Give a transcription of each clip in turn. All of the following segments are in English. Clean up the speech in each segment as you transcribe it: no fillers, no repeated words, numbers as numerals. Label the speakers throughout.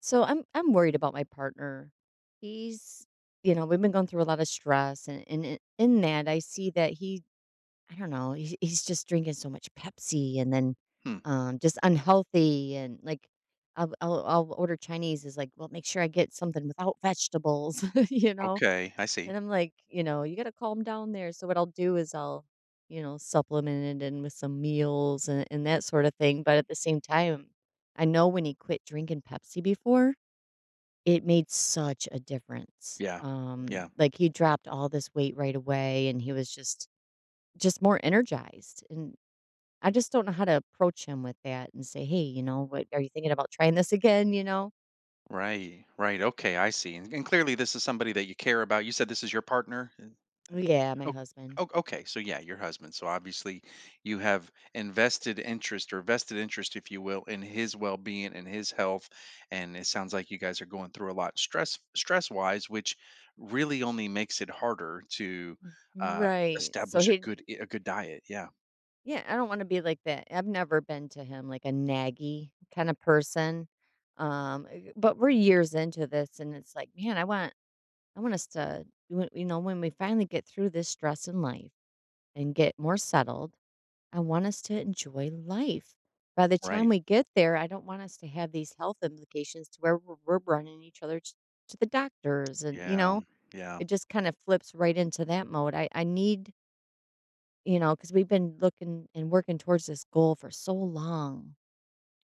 Speaker 1: So I'm worried about my partner. He's, we've been going through a lot of stress and in that I see that he, I don't know, he's just drinking so much Pepsi and then
Speaker 2: Hmm.
Speaker 1: just unhealthy, and like I'll order Chinese, is like, well, make sure I get something without vegetables, you know?
Speaker 2: Okay, I
Speaker 1: And
Speaker 2: see.
Speaker 1: I'm like, you got to calm down there. So what I'll do is I'll supplement it in with some meals and that sort of thing. But at the same time, I know when he quit drinking Pepsi before, it made such a difference.
Speaker 2: Yeah. Yeah.
Speaker 1: Like, he dropped all this weight right away, and he was just more energized, and I just don't know how to approach him with that and say, "Hey, what are you thinking about trying this again?" You know?
Speaker 2: Right. Right. Okay, I see. And clearly this is somebody that you care about. You said this is your partner? That-
Speaker 1: Yeah, my
Speaker 2: Oh,
Speaker 1: husband.
Speaker 2: oh, okay. So yeah, your husband. So obviously you have invested interest or vested interest, if you will, in his well-being and his health. And it sounds like you guys are going through a lot stress-wise, which really only makes it harder to uh
Speaker 1: Right. So
Speaker 2: establish a
Speaker 1: he,
Speaker 2: good diet. Yeah.
Speaker 1: yeah, I don't wanna be like that. I've never been to him like a naggy kinda person. But we're years into this, and it's like, man, I want us to do it, when we finally get through this stress in life and get more settled. I want us to enjoy life. By the time
Speaker 2: Right.
Speaker 1: we get there, I don't want us to have these health implications to where we're running each other to the doctors. And,
Speaker 2: Yeah. Yeah.
Speaker 1: it just kind of flips right into that mode. I need, because we've been looking and working towards this goal for so long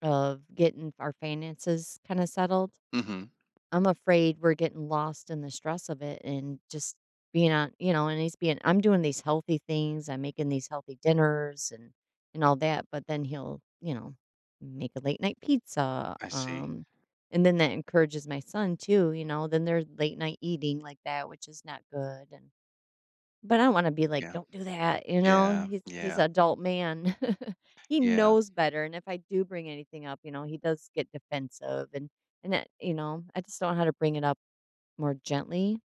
Speaker 1: of getting our finances kind of settled.
Speaker 2: Mhm.
Speaker 1: I'm afraid we're getting lost in the stress of it and just being on, you know, and he's being, I'm doing these healthy things, I'm making these healthy dinners and all that, but then he'll, make a late night pizza.
Speaker 2: I see.
Speaker 1: And then that encourages my son too, then they're late night eating like that, which is not good. And but I don't wanna be like,
Speaker 2: Yeah.
Speaker 1: "Don't do that," you know?
Speaker 2: Yeah,
Speaker 1: He's an
Speaker 2: yeah,
Speaker 1: adult man. He
Speaker 2: yeah.
Speaker 1: knows better, and if I do bring anything up, he does get defensive, and that, I just don't know how to bring it up more gently,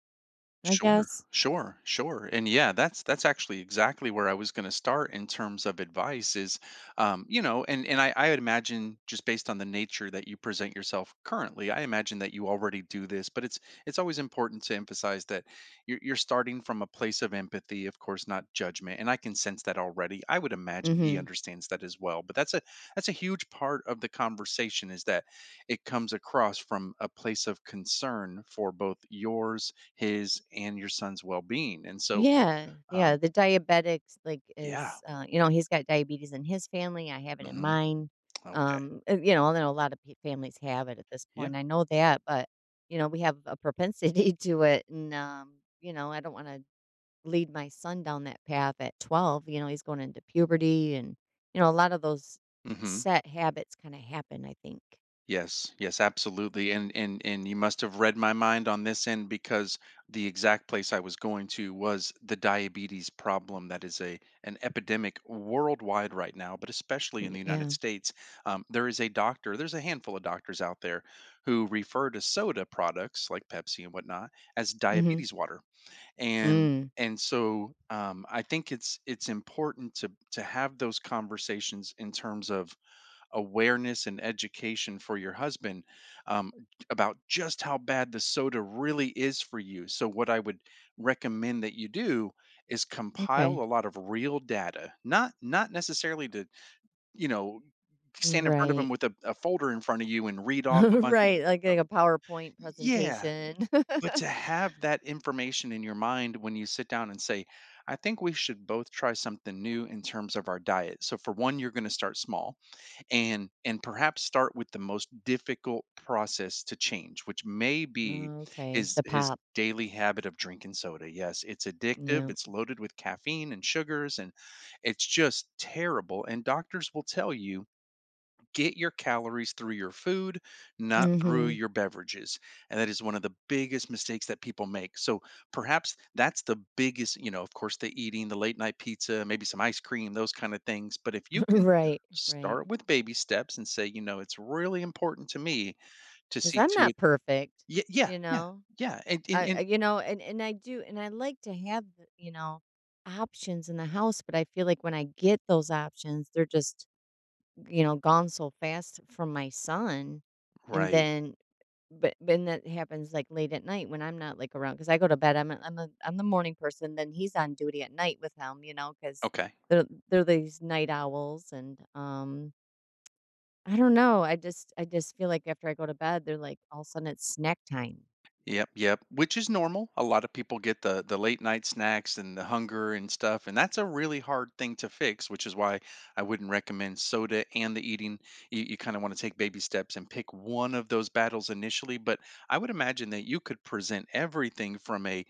Speaker 1: I
Speaker 2: Sure,
Speaker 1: guess.
Speaker 2: sure, sure. And yeah, that's actually exactly where I was going to start in terms of advice is and I would imagine, just based on the nature that you present yourself currently, I imagine that you already do this, but it's always important to emphasize that you're starting from a place of empathy, of course, not judgment. And I can sense that already. I would imagine he
Speaker 1: Mhm.
Speaker 2: understands that as well. But that's a huge part of the conversation is that it comes across from a place of concern for both yours, his, and your son's well-being, and so,
Speaker 1: Yeah, yeah,
Speaker 2: um
Speaker 1: the diabetics, like,
Speaker 2: yeah,
Speaker 1: is, you know, he's got diabetes in his family, I have it in
Speaker 2: mhm,
Speaker 1: mine.
Speaker 2: okay,
Speaker 1: And, I know a lot of p families have it at this
Speaker 2: yeah,
Speaker 1: point, I know that, but, we have a propensity to it, and, I don't wanna lead my son down that path at 12, he's going into puberty, and, a lot of those
Speaker 2: mhm,
Speaker 1: set habits kind of happen, I think.
Speaker 2: yes, yes, absolutely, and you must have read my mind on this end because the exact place I was going to was the diabetes problem, that is a an epidemic worldwide right now, but especially in
Speaker 1: Mm.
Speaker 2: the United
Speaker 1: Yeah.
Speaker 2: States. There's a handful of doctors out there who refer to soda products, like Pepsi and whatnot, as
Speaker 1: Mhm.
Speaker 2: diabetes water. and
Speaker 1: Mm.
Speaker 2: and so, I think it's important to have those conversations in terms of awareness and education for your husband, um, about just how bad the soda really is for you. So what I would recommend that you do is compile a
Speaker 1: Okay.
Speaker 2: lot of real data, not necessarily to, you know stand in front of
Speaker 1: Right.
Speaker 2: him with a folder in front of you and read off a bunch of,
Speaker 1: Right,
Speaker 2: uh,
Speaker 1: like a PowerPoint
Speaker 2: yeah,
Speaker 1: presentation.
Speaker 2: but to have that information in your mind when you sit down and say, I think we should both try something new in terms of our diet. So for one, you're going to start small and perhaps start with the most difficult process to change, which may be
Speaker 1: Okay,
Speaker 2: his
Speaker 1: the
Speaker 2: his
Speaker 1: pop.
Speaker 2: daily habit of drinking soda. Yes, it's addictive,
Speaker 1: Yeah.
Speaker 2: it's loaded with caffeine and sugars, and it's just terrible, and doctors will tell you get your calories through your food, not through
Speaker 1: Mhm.
Speaker 2: your beverages. And that is one of the biggest mistakes that people make. So perhaps that's the biggest, of course, the eating, the late night pizza, maybe some ice cream, those kind of things. But if you can
Speaker 1: Right, right.
Speaker 2: start with baby steps and say, it's really important to me to
Speaker 1: Cuz
Speaker 2: see
Speaker 1: I'm
Speaker 2: to it.
Speaker 1: not perfect,
Speaker 2: Yeah, yeah,
Speaker 1: you
Speaker 2: yeah,
Speaker 1: know.
Speaker 2: yeah.
Speaker 1: I
Speaker 2: And
Speaker 1: and I do, and I like to have the, options in the house, but I feel like when I get those options, they're just, gone so fast from my son. And
Speaker 2: Right.
Speaker 1: then but then that happens like late at night when I'm not like around because I go to bed. I'm the morning person. Then he's on duty at night with him, because
Speaker 2: Okay.
Speaker 1: they're they're these night owls. And I don't know. I just feel like after I go to bed, they're like all of a sudden it's snack time.
Speaker 2: Yep, yep, which is normal. A lot of people get the late night snacks and the hunger and stuff, and that's a really hard thing to fix, which is why I wouldn't recommend soda and the eating. You kind of want to take baby steps and pick one of those battles initially, but I would imagine that you could present everything from a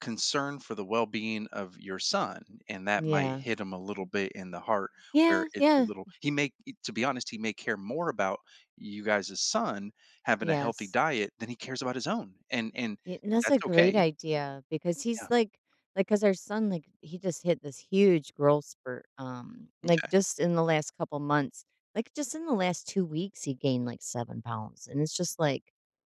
Speaker 2: concern for the well-being of your son, and that might
Speaker 1: Yeah.
Speaker 2: hit him a little bit in the heart where
Speaker 1: Yeah.
Speaker 2: it's a
Speaker 1: Yeah.
Speaker 2: little, he may to be honest, he may care more about you guys' son having a healthy
Speaker 1: Yes.
Speaker 2: diet than he cares about his own, and
Speaker 1: Yeah, and that's a
Speaker 2: that's
Speaker 1: great
Speaker 2: okay.
Speaker 1: idea because he's
Speaker 2: Yeah,
Speaker 1: like, because our son, like, he just hit this huge growth spurt. Like
Speaker 2: okay.
Speaker 1: just in the last couple months, like just in the last 2 weeks, he gained like 7 pounds, and it's just like,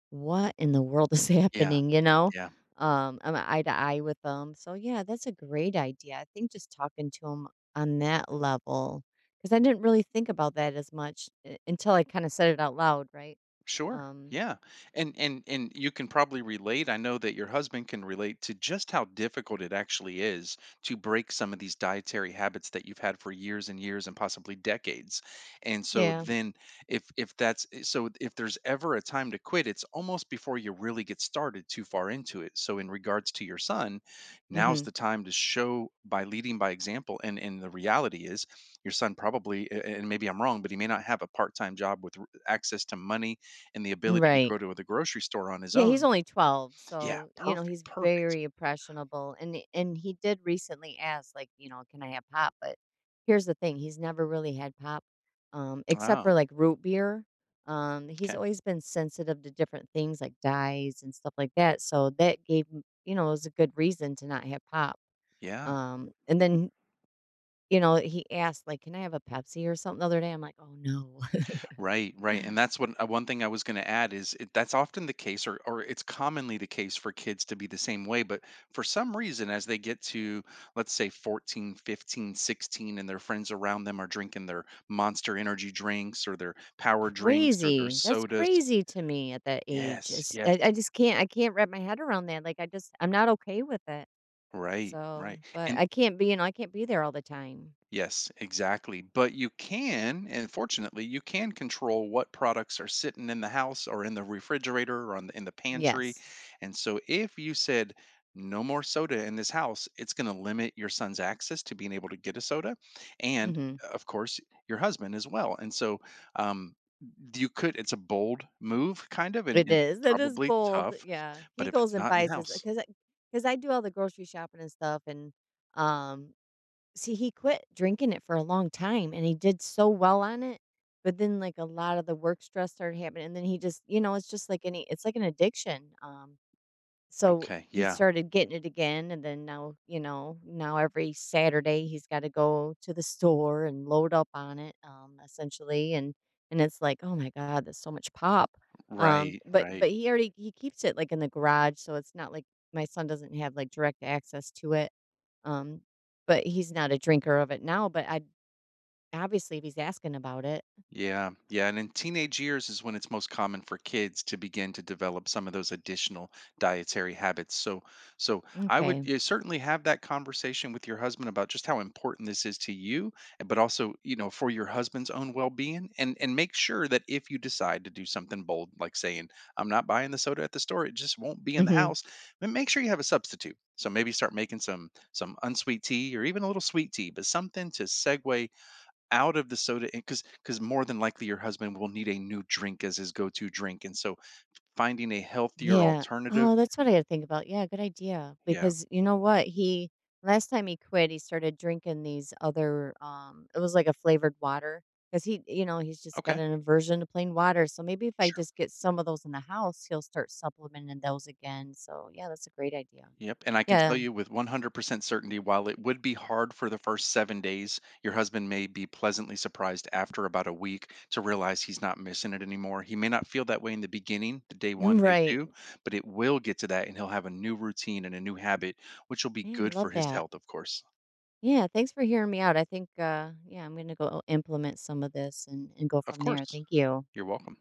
Speaker 1: what in the world is
Speaker 2: Yeah,
Speaker 1: happening? You know,
Speaker 2: yeah.
Speaker 1: I'm eye to eye with him. So yeah, that's a great idea. I think just talking to him on that level because I didn't really think about that as much until I kind of said it out loud, right?
Speaker 2: Sure.
Speaker 1: Um,
Speaker 2: Yeah. And you can probably relate. I know that your husband can relate to just how difficult it actually is to break some of these dietary habits that you've had for years and years and possibly decades. And so
Speaker 1: yeah.
Speaker 2: then, if that's, so if there's ever a time to quit, it's almost before you really get started too far into it. So in regards to your son, now's
Speaker 1: Mm-hmm.
Speaker 2: the time to show by leading by example, and the reality is your son probably, and maybe I'm wrong, but he may not have a part-time job with access to money and the ability to
Speaker 1: Right.
Speaker 2: go to the grocery store on his
Speaker 1: Yeah, he's
Speaker 2: own.
Speaker 1: only 12,
Speaker 2: Yeah,
Speaker 1: so,
Speaker 2: perfect,
Speaker 1: he's
Speaker 2: perfect.
Speaker 1: very impressionable, and he did recently ask, like, "Can I have pop?" But here's the thing, he's never really had pop, except for,
Speaker 2: Wow.
Speaker 1: like, root beer. He's
Speaker 2: Okay.
Speaker 1: always been sensitive to different things like dyes and stuff like that, so that gave him, it was a good reason to not have pop.
Speaker 2: Yeah.
Speaker 1: And then, he asked, like, "Can I have a Pepsi or something?" the other day, I'm like, "Oh, no."
Speaker 2: Right, right. And that's what, one thing I was going to add that's often the case, or it's commonly the case for kids to be the same way. But for some reason, as they get to, let's say, 14, 15, 16, and their friends around them are drinking their monster energy drinks or their power drinks or their
Speaker 1: Crazy. That's
Speaker 2: sodas.
Speaker 1: crazy to me at that age.
Speaker 2: Yes,
Speaker 1: It's
Speaker 2: yes.
Speaker 1: I just can't, I can't wrap my head around that, like, I just I'm not okay with it.
Speaker 2: Right,
Speaker 1: So,
Speaker 2: right.
Speaker 1: but
Speaker 2: And
Speaker 1: I can't be, I can't be there all the time.
Speaker 2: yes, exactly. But you can, and fortunately, you can control what products are sitting in the house or in the refrigerator or in the pantry.
Speaker 1: Yes.
Speaker 2: And so if you said no more soda in this house, it's going to limit your son's access to being able to get a soda, and
Speaker 1: Mhm.
Speaker 2: of course your husband as well. And so, um you could it's a bold move kind of, and,
Speaker 1: It
Speaker 2: and
Speaker 1: is. It is
Speaker 2: probably
Speaker 1: bold.
Speaker 2: tough,
Speaker 1: Yeah.
Speaker 2: but
Speaker 1: He
Speaker 2: if
Speaker 1: goes
Speaker 2: it's
Speaker 1: and
Speaker 2: not in the
Speaker 1: buys his
Speaker 2: house,
Speaker 1: because I do all the grocery shopping and stuff, and um see, he quit drinking it for a long time, and he did so well on it, but then, like, a lot of the work stress started happening, and then he just, it's just like any, it's like an addiction, so
Speaker 2: okay,
Speaker 1: he
Speaker 2: yeah,
Speaker 1: started getting it again, and then now, now every Saturday he's got to go to the store and load up on it, essentially, and it's like, oh my god, that's so much pop.
Speaker 2: right,
Speaker 1: But
Speaker 2: right.
Speaker 1: but he already, he keeps it like in the garage, so it's not like my son doesn't have like direct access to it. Um, but he's not a drinker of it now. But I, obviously, if he's asking about it,
Speaker 2: Yeah, yeah. And in teenage years is when it's most common for kids to begin to develop some of those additional dietary habits. So, I would,
Speaker 1: okay.
Speaker 2: certainly have that conversation with your husband about just how important this is to you, but also, for your husband's own well-being, and make sure that if you decide to do something bold like saying, I'm not buying the soda at the store, it just won't be in the
Speaker 1: Mhm.
Speaker 2: house, then make sure you have a substitute. So maybe start making some unsweet tea or even a little sweet tea, but something to segue out of the soda, because more than likely your husband will need a new drink as his go-to drink, and so, finding a healthier
Speaker 1: Yeah.
Speaker 2: alternative.
Speaker 1: Oh, that's what I gotta think about. Yeah, good idea.
Speaker 2: Yeah.
Speaker 1: Because you know what? He last time he quit, he started drinking these other it was like a flavored water. Because he, he's just got
Speaker 2: Okay.
Speaker 1: an aversion to plain water. So maybe if I
Speaker 2: Sure.
Speaker 1: just get some of those in the house, he'll start supplementing those again. So yeah, that's a great idea.
Speaker 2: Yep. And I can tell
Speaker 1: Yeah.
Speaker 2: you with 100% certainty, while it would be hard for the first 7 days, your husband may be pleasantly surprised after about a week to realize he's not missing it anymore. He may not feel that way in the beginning, the day one, day
Speaker 1: Right.
Speaker 2: two, but it will get to that, and he'll have a new routine and a new habit, which will be
Speaker 1: Yeah, I
Speaker 2: good
Speaker 1: love
Speaker 2: for his
Speaker 1: that.
Speaker 2: health. Of course.
Speaker 1: Yeah, thanks for hearing me out. I think yeah, I'm gonna go implement some of this, and go
Speaker 2: Of
Speaker 1: from there.
Speaker 2: course,
Speaker 1: Thank you.
Speaker 2: you're welcome.